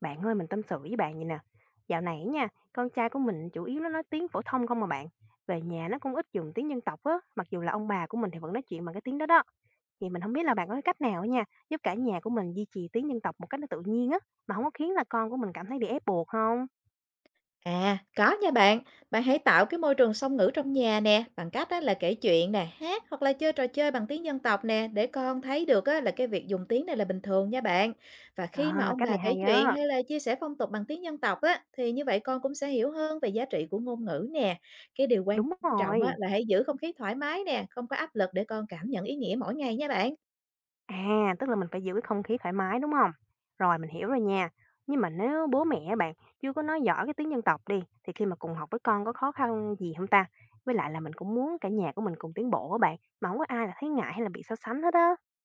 Bạn ơi, mình tâm sự với bạn vậy nè. Dạo này nha, con trai của mình chủ yếu nó nói tiếng phổ thông không mà bạn. Về nhà nó cũng ít dùng tiếng dân tộc á, mặc dù là ông bà của mình thì vẫn nói chuyện bằng cái tiếng đó đó. Thì mình không biết là bạn có cái cách nào á nha, giúp cả nhà của mình duy trì tiếng dân tộc một cách nó tự nhiên á, mà không có khiến là con của mình cảm thấy bị ép buộc không? À, có nha bạn. Bạn hãy tạo cái môi trường song ngữ trong nhà nè, bằng cách á, là kể chuyện nè, hát hoặc là chơi trò chơi bằng tiếng dân tộc nè, để con thấy được á, là cái việc dùng tiếng này là bình thường nha bạn. Và khi mà À, ông cách bà này kể hay chuyện á. hay là chia sẻ phong tục bằng tiếng dân tộc á, thì như vậy con cũng sẽ hiểu hơn về giá trị của ngôn ngữ nè. Cái điều quan Đúng trọng á, rồi. là hãy giữ không khí thoải mái nè, không có áp lực để con cảm nhận ý nghĩa mỗi ngày nha bạn. À, tức là mình phải giữ cái không khí thoải mái, đúng không? Rồi, mình hiểu rồi nha. Nhưng mà nếu bố mẹ bạn chưa có nói rõ cái tiếng dân tộc đi, thì khi mà cùng học với con có khó khăn gì không ta? Với lại là mình cũng muốn cả nhà của mình cùng tiến bộ á bạn, mà hổng có ai là thấy ngại hay là bị so sánh hết á.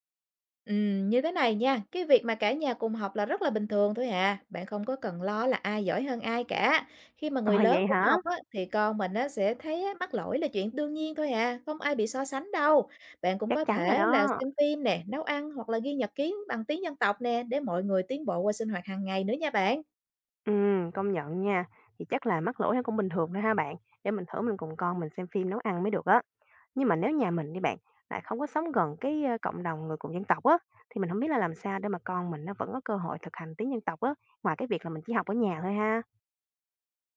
Như thế này nha, cái việc mà cả nhà cùng học là rất là bình thường thôi à, bạn không có cần lo là ai giỏi hơn ai cả. Khi mà Ờ, người lớn vậy cũng hả? học á, thì con mình á, sẽ thấy á, mắc lỗi là chuyện đương nhiên thôi à, không ai bị so sánh đâu. Bạn cũng Chắc có chắn rồi thể là đó. xem phim nè, nấu ăn hoặc là ghi nhật ký bằng tiếng dân tộc nè, để mọi người tiến bộ qua sinh hoạt hàng ngày nữa nha bạn. Công nhận nha. Thì chắc là mắc lỗi nó cũng bình thường thôi ha bạn, để mình thử mình cùng con mình xem phim nấu ăn mới được á. Nhưng mà nếu nhà mình đi bạn, lại không có sống gần cái, cộng đồng người cùng dân tộc á, thì mình không biết là làm sao để mà con mình nó vẫn có cơ hội thực hành tiếng dân tộc á, ngoài cái việc là mình chỉ học ở nhà thôi ha?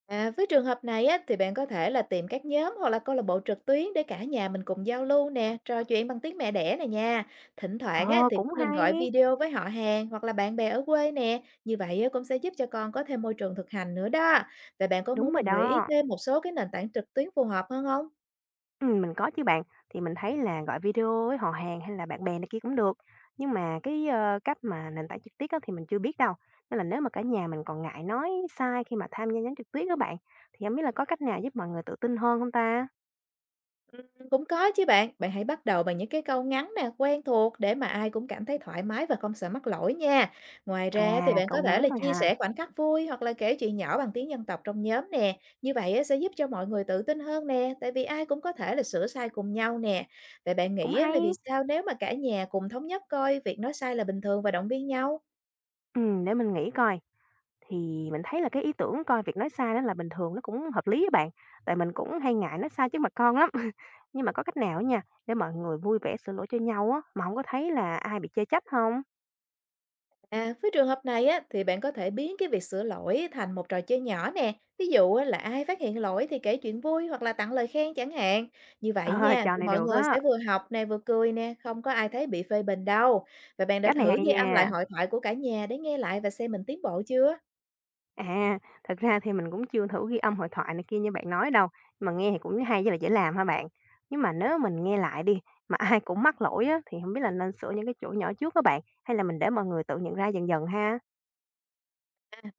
À, với trường hợp này á, thì bạn có thể là tìm các nhóm hoặc là câu lạc bộ trực tuyến để cả nhà mình cùng giao lưu nè, trò chuyện bằng tiếng mẹ đẻ này nha. Thỉnh thoảng á, Ờ, thì cũng cũng nên gọi hay! video với họ hàng hoặc là bạn bè ở quê nè. Như vậy á, cũng sẽ giúp cho con có thêm môi trường thực hành nữa đó. Vậy bạn có Đúng muốn rồi mình gợi ý đó. thêm một số cái nền tảng trực tuyến phù hợp hơn không? Mình có chứ bạn. Thì mình thấy là gọi video với họ hàng hay là bạn bè này kia cũng được, nhưng mà cái, cách mà nền tảng trực tiếp á thì mình chưa biết đâu, nên là nếu mà cả nhà mình còn ngại nói sai khi mà tham gia nhóm trực tuyết các bạn, thì hông biết là có cách nào giúp mọi người tự tin hơn không ta? Cũng có chứ bạn. Bạn hãy bắt đầu bằng những cái câu ngắn nè, quen thuộc để mà ai cũng cảm thấy thoải mái và không sợ mắc lỗi nha. Ngoài ra thì À, bạn câu có thể ngắn là thôi chia hả? sẻ khoảnh khắc vui hoặc là kể chuyện nhỏ bằng tiếng dân tộc trong nhóm nè. Như vậy á, sẽ giúp cho mọi người tự tin hơn nè, tại vì ai cũng có thể là sửa sai cùng nhau nè. Vậy bạn Cũng nghĩ á, hay. là vì sao nếu mà cả nhà cùng thống nhất coi việc nói sai là bình thường và động viên nhau? Để mình nghĩ coi, thì mình thấy là cái ý tưởng coi việc nói sai đó là bình thường nó cũng hợp lý các bạn, tại mình cũng hay ngại nói sai trước mặt con lắm. Nhưng mà có cách nào á nha, để mọi người vui vẻ sửa lỗi cho nhau á, mà hông có thấy là ai bị chê trách không? À, với trường hợp này á, thì bạn có thể biến cái việc sửa lỗi thành một trò chơi nhỏ nè. Ví dụ á, là ai phát hiện lỗi thì kể chuyện vui hoặc là tặng lời khen chẳng hạn. Như vậy Ờ, nha, trò thì này mọi được người á, sẽ vừa học nè, vừa cười nè, không có ai thấy bị phê bình đâu. Và bạn đã cách này thử hay ghi âm lại nha. hội thoại của cả nhà để nghe lại và xem mình tiến bộ chưa? À, thực ra thì mình cũng chưa thử ghi âm hội thoại này kia như bạn nói đâu, mà nghe thì cũng hay với lại dễ làm ha bạn. Nhưng mà nếu mình nghe lại đi, mà ai cũng mắc lỗi á, thì không biết là nên sửa những cái chỗ nhỏ trước các bạn, hay là mình để mọi người tự nhận ra dần dần ha?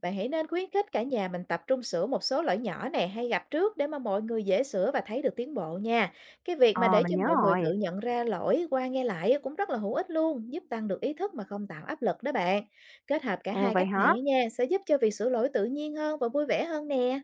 Bạn hãy nên khuyến khích cả nhà mình tập trung sửa một số lỗi nhỏ này hay gặp trước để mà mọi người dễ sửa và thấy được tiến bộ nha. Cái việc mà Ờ, để mình cho nhớ mọi người tự rồi. nhận ra lỗi qua nghe lại cũng rất là hữu ích luôn, giúp tăng được ý thức mà không tạo áp lực đó bạn. Kết hợp cả Ồ, hai vậy cách này hả? á nha, sẽ giúp cho việc sửa lỗi tự nhiên hơn và vui vẻ hơn nè.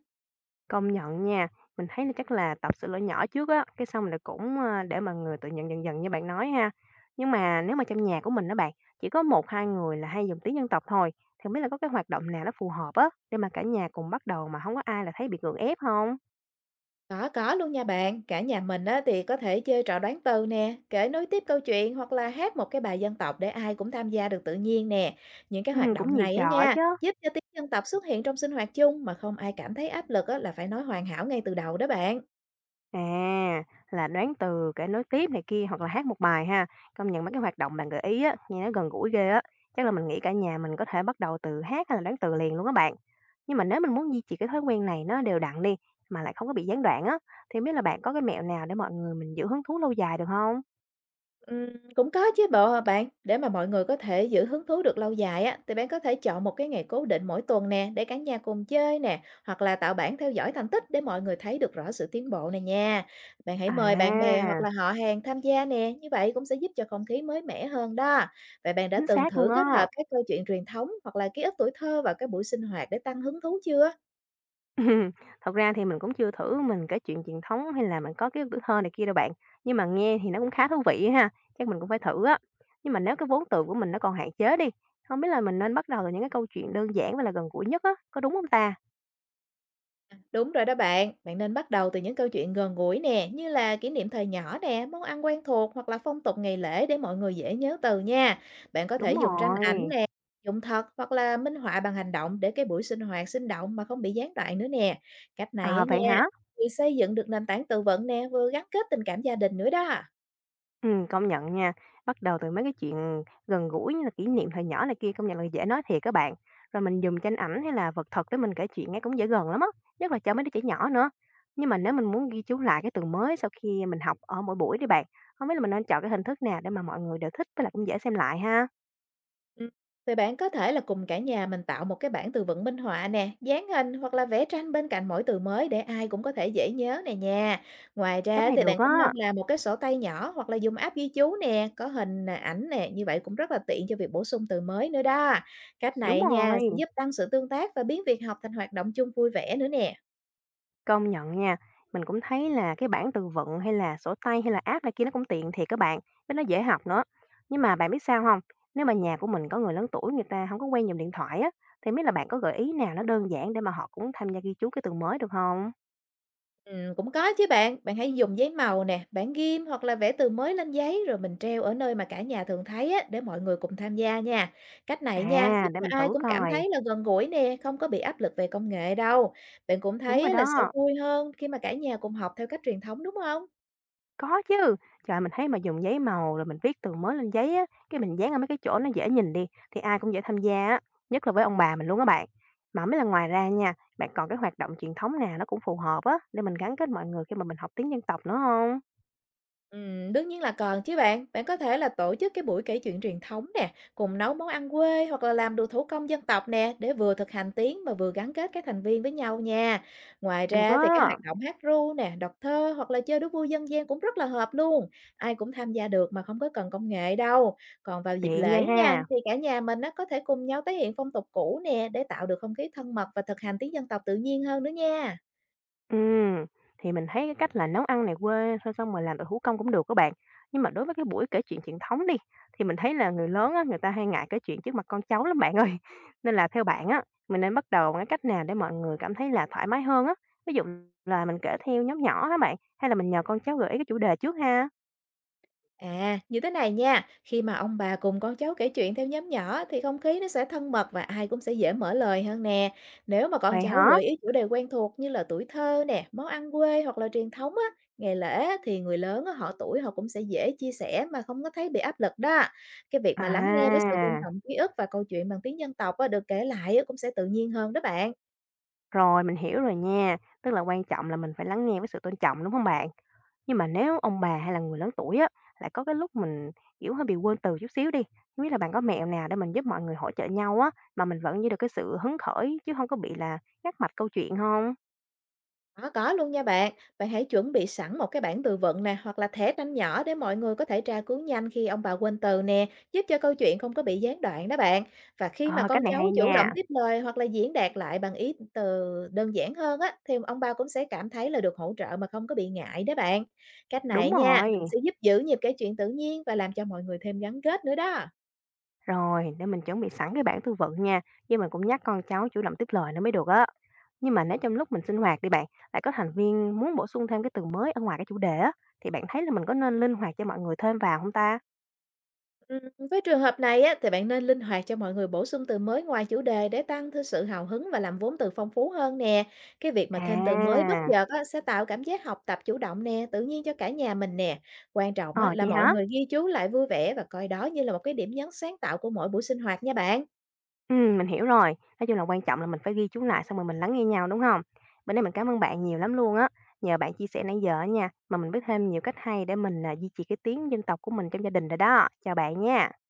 Công nhận nha, mình thấy là chắc là tập sửa lỗi nhỏ trước á, cái xong là cũng, a, để mà người tự nhận dần dần như bạn nói ha. Nhưng mà nếu mà trong nhà của mình á bạn, chỉ có một 2 người là hay dùng tiếng dân tộc thôi, thì hông biết là có cái hoạt động nào nó phù hợp á, để mà cả nhà cùng bắt đầu mà không có ai là thấy bị gượng ép không? Có luôn nha bạn. Cả nhà mình á, thì có thể chơi trò đoán từ nè, kể nối tiếp câu chuyện hoặc là hát một cái bài dân tộc để ai cũng tham gia được tự nhiên nè. Những cái hoạt Cũng động nhiều này á trò nha, chứ. giúp cho tiếng dân tộc xuất hiện trong sinh hoạt chung mà không ai cảm thấy áp lực á, là phải nói hoàn hảo ngay từ đầu đó bạn. À, là đoán từ, cái nối tiếp này kia hoặc là hát một bài ha. Công nhận mấy cái hoạt động bạn gợi ý á, nghe nó gần gũi ghê á. Chắc là mình nghĩ cả nhà mình có thể bắt đầu từ hát hay là đoán từ liền luôn các bạn. Nhưng mà nếu mình muốn duy trì cái thói quen này nó đều đặn đi mà lại không có bị gián đoạn á thì biết là bạn có cái mẹo nào để mọi người mình giữ hứng thú lâu dài được không? Ừm, Cũng có chứ bộ à bạn. Để mà mọi người có thể giữ hứng thú được lâu dài á, thì bạn có thể chọn một cái ngày cố định mỗi tuần nè, để cả nhà cùng chơi nè, hoặc là tạo bảng theo dõi thành tích để mọi người thấy được rõ sự tiến bộ này nha. Bạn hãy mời bạn bè hoặc À, là họ hàng tham gia nè, như vậy cũng sẽ giúp cho không khí mới mẻ hơn đó. Vậy bạn đã chính từng xác luôn thử kết hợp á. các câu chuyện truyền thống hoặc là ký ức tuổi thơ vào các buổi sinh hoạt để tăng hứng thú chưa? Ừm, thật ra thì mình cũng chưa thử mình kể chuyện truyền thống hay là mình có ký ức tuổi thơ này kia đâu bạn, nhưng mà nghe thì nó cũng khá thú vị ha, chắc mình cũng phải thử á. Nhưng mà nếu cái vốn từ của mình nó còn hạn chế đi, không biết là mình nên bắt đầu từ những cái câu chuyện đơn giản và là gần gũi nhất á, có đúng không ta? Đúng rồi đó bạn, bạn nên bắt đầu từ những câu chuyện gần gũi nè, như là kỷ niệm thời nhỏ nè, món ăn quen thuộc hoặc là phong tục ngày lễ để mọi người dễ nhớ từ nha. Bạn có thể Đúng dùng tranh rồi, ảnh nè, dùng thật hoặc là minh họa bằng hành động để cái buổi sinh hoạt sinh động mà không bị gián đoạn nữa nè. Cách này á à, nha, vậy hả? thì xây dựng được nền tảng tự vận nè, vừa gắn kết tình cảm gia đình nữa đó. Công nhận nha. Bắt đầu từ mấy cái chuyện gần gũi như là kỷ niệm thời nhỏ này kia, công nhận là dễ nói thiệt các bạn. Rồi mình dùng tranh ảnh hay là vật thật để mình kể chuyện nghe cũng dễ gần lắm á, nhất là cho mấy đứa trẻ nhỏ nữa. Nhưng mà nếu mình muốn ghi chú lại cái từ mới sau khi mình học ở mỗi buổi đi bạn, không biết là mình nên chọn cái hình thức nào để mà mọi người đều thích với lại cũng dễ xem lại ha? Ừm, thì bạn có thể là cùng cả nhà mình tạo một cái bảng từ vựng minh họa nè, dán hình hoặc là vẽ tranh bên cạnh mỗi từ mới để ai cũng có thể dễ nhớ nè nha. Ngoài Cách ra này thì bạn được cũng nên á, làm một cái sổ tay nhỏ hoặc là dùng app ghi chú nè, có hình nè, ảnh nè, như vậy cũng rất là tiện cho việc bổ sung từ mới nữa đó. Cách đúng này nha rồi. sẽ giúp tăng sự tương tác và biến việc học thành hoạt động chung vui vẻ nữa nè. Công nhận nha, mình cũng thấy là cái bảng từ vựng hay là sổ tay hay là app này kia nó cũng tiện thiệt các bạn, với nó dễ học nữa. Nhưng mà bạn biết sao không? Nếu mà nhà của mình có người lớn tuổi người ta không có quen dùng điện thoại á, thì hông biết là bạn có gợi ý nào nó đơn giản để mà họ cũng tham gia ghi chú cái từ mới được không? Cũng có chứ bạn, bạn hãy dùng giấy màu nè, bảng ghim hoặc là vẽ từ mới lên giấy rồi mình treo ở nơi mà cả nhà thường thấy á, để mọi người cùng tham gia nha. Cách này nha, giúp À, để cho mình ai thử cũng cảm coi, thấy là gần gũi nè, không có bị áp lực về công nghệ đâu. Bạn cũng đúng thấy rồi á là sẽ đó. vui hơn khi mà cả nhà cùng học theo cách truyền thống đúng không? Có chứ. Trời, mình thấy mà dùng giấy màu rồi mình viết từ mới lên giấy á, cái mình dán ở mấy cái chỗ nó dễ nhìn đi, thì ai cũng dễ tham gia á, nhất là với ông bà mình luôn á bạn. Mà mới là ngoài ra nha, bạn còn cái hoạt động truyền thống nào nó cũng phù hợp á, để mình gắn kết mọi người khi mà mình học tiếng dân tộc nữa không? Đương nhiên là còn chứ bạn. Bạn có thể là tổ chức cái buổi kể chuyện truyền thống nè, cùng nấu món ăn quê hoặc là làm đồ thủ công dân tộc nè, để vừa thực hành tiếng mà vừa gắn kết các thành viên với nhau nha. Ngoài Được ra thì các á, hoạt động hát ru nè, đọc thơ hoặc là chơi đố vui dân gian cũng rất là hợp luôn. Ai cũng tham gia được mà không có cần công nghệ đâu. Còn vào dịp tiện ghê lễ nha, ha. thì cả nhà mình nó có thể cùng nhau tái hiện phong tục cũ nè, để tạo được không khí thân mật và thực hành tiếng dân tộc tự nhiên hơn nữa nha. Ừ, thì mình thấy cái cách là nấu ăn này quê thôi xong rồi làm đồ thủ công cũng được các bạn. Nhưng mà đối với cái buổi kể chuyện truyền thống đi, thì mình thấy là người lớn á, người ta hay ngại kể chuyện trước mặt con cháu lắm bạn ơi. Nên là theo bạn á, mình nên bắt đầu bằng cái cách nào để mọi người cảm thấy là thoải mái hơn á? Ví dụ là mình kể theo nhóm nhỏ hả bạn? Hay là mình nhờ con cháu gợi ý cái chủ đề trước ha? À, như thế này nha, khi mà ông bà cùng con cháu kể chuyện theo nhóm nhỏ thì không khí nó sẽ thân mật và ai cũng sẽ dễ mở lời hơn nè. Nếu mà con Vậy cháu hả? gợi ý chủ đề quen thuộc như là tuổi thơ nè, món ăn quê hoặc là truyền thống á, ngày lễ á, thì người lớn á, họ tuổi họ cũng sẽ dễ chia sẻ mà không có thấy bị áp lực đó. Cái việc À, mà lắng nghe với sự tôn trọng ký ức và câu chuyện bằng tiếng dân tộc á, được kể lại á, cũng sẽ tự nhiên hơn đó bạn. rồi mình hiểu rồi nha. Tức là quan trọng là mình phải lắng nghe với sự tôn trọng đúng không bạn? Nhưng mà nếu ông bà hay là người lớn tuổi á, lại có cái lúc mình, kiểu, hơi bị quên từ chút xíu đi, hông biết là bạn có mẹo nào để mình giúp mọi người hỗ trợ nhau á, mà mình vẫn giữ được cái sự hứng khởi chứ không có bị là ngắt mạch câu chuyện không? Có luôn nha bạn. Bạn hãy chuẩn bị sẵn một cái bảng từ vựng nè hoặc là thẻ tranh nhỏ để mọi người có thể tra cứu nhanh khi ông bà quên từ nè, giúp cho câu chuyện không có bị gián đoạn đó bạn. Và khi mà Ờ, cách con này cháu hay chủ động nha. tiếp lời hoặc là diễn đạt lại bằng ý từ đơn giản hơn á, thì ông bà cũng sẽ cảm thấy là được hỗ trợ mà không có bị ngại đó bạn. Cách Đúng này nha, rồi, sẽ giúp giữ nhịp kể chuyện tự nhiên và làm cho mọi người thêm gắn kết nữa đó. rồi, để mình chuẩn bị sẵn cái bảng tư vận nha, nhưng mình cũng nhắc con cháu chủ động tiếp lời nữa mới được á. Nhưng mà nếu trong lúc mình sinh hoạt đi bạn, lại có thành viên muốn bổ sung thêm cái từ mới ở ngoài cái chủ đề á, thì bạn thấy là mình có nên linh hoạt cho mọi người thêm vào không ta? Ừm, với trường hợp này á, thì bạn nên linh hoạt cho mọi người bổ sung từ mới ngoài chủ đề để tăng thêm sự hào hứng và làm vốn từ phong phú hơn nè. Cái việc mà thêm từ mới bất À, chợt á, sẽ tạo cảm giác học tập chủ động nè, tự nhiên cho cả nhà mình nè. Quan trọng á, ờ, là vậy mọi hả? người ghi chú lại vui vẻ và coi đó như là một cái điểm nhấn sáng tạo của mỗi buổi sinh hoạt nha bạn. Mình hiểu rồi. Nói chung là quan trọng là mình phải ghi chú lại xong rồi mình lắng nghe nhau, đúng không? Bữa nay mình cảm ơn bạn nhiều lắm luôn á. Nhờ bạn chia sẻ nãy giờ á nha, mà mình biết thêm nhiều cách hay để mình, à, duy trì cái tiếng dân tộc của mình trong gia đình rồi đó. Chào bạn nha.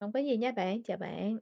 Không có gì nha bạn, chào bạn.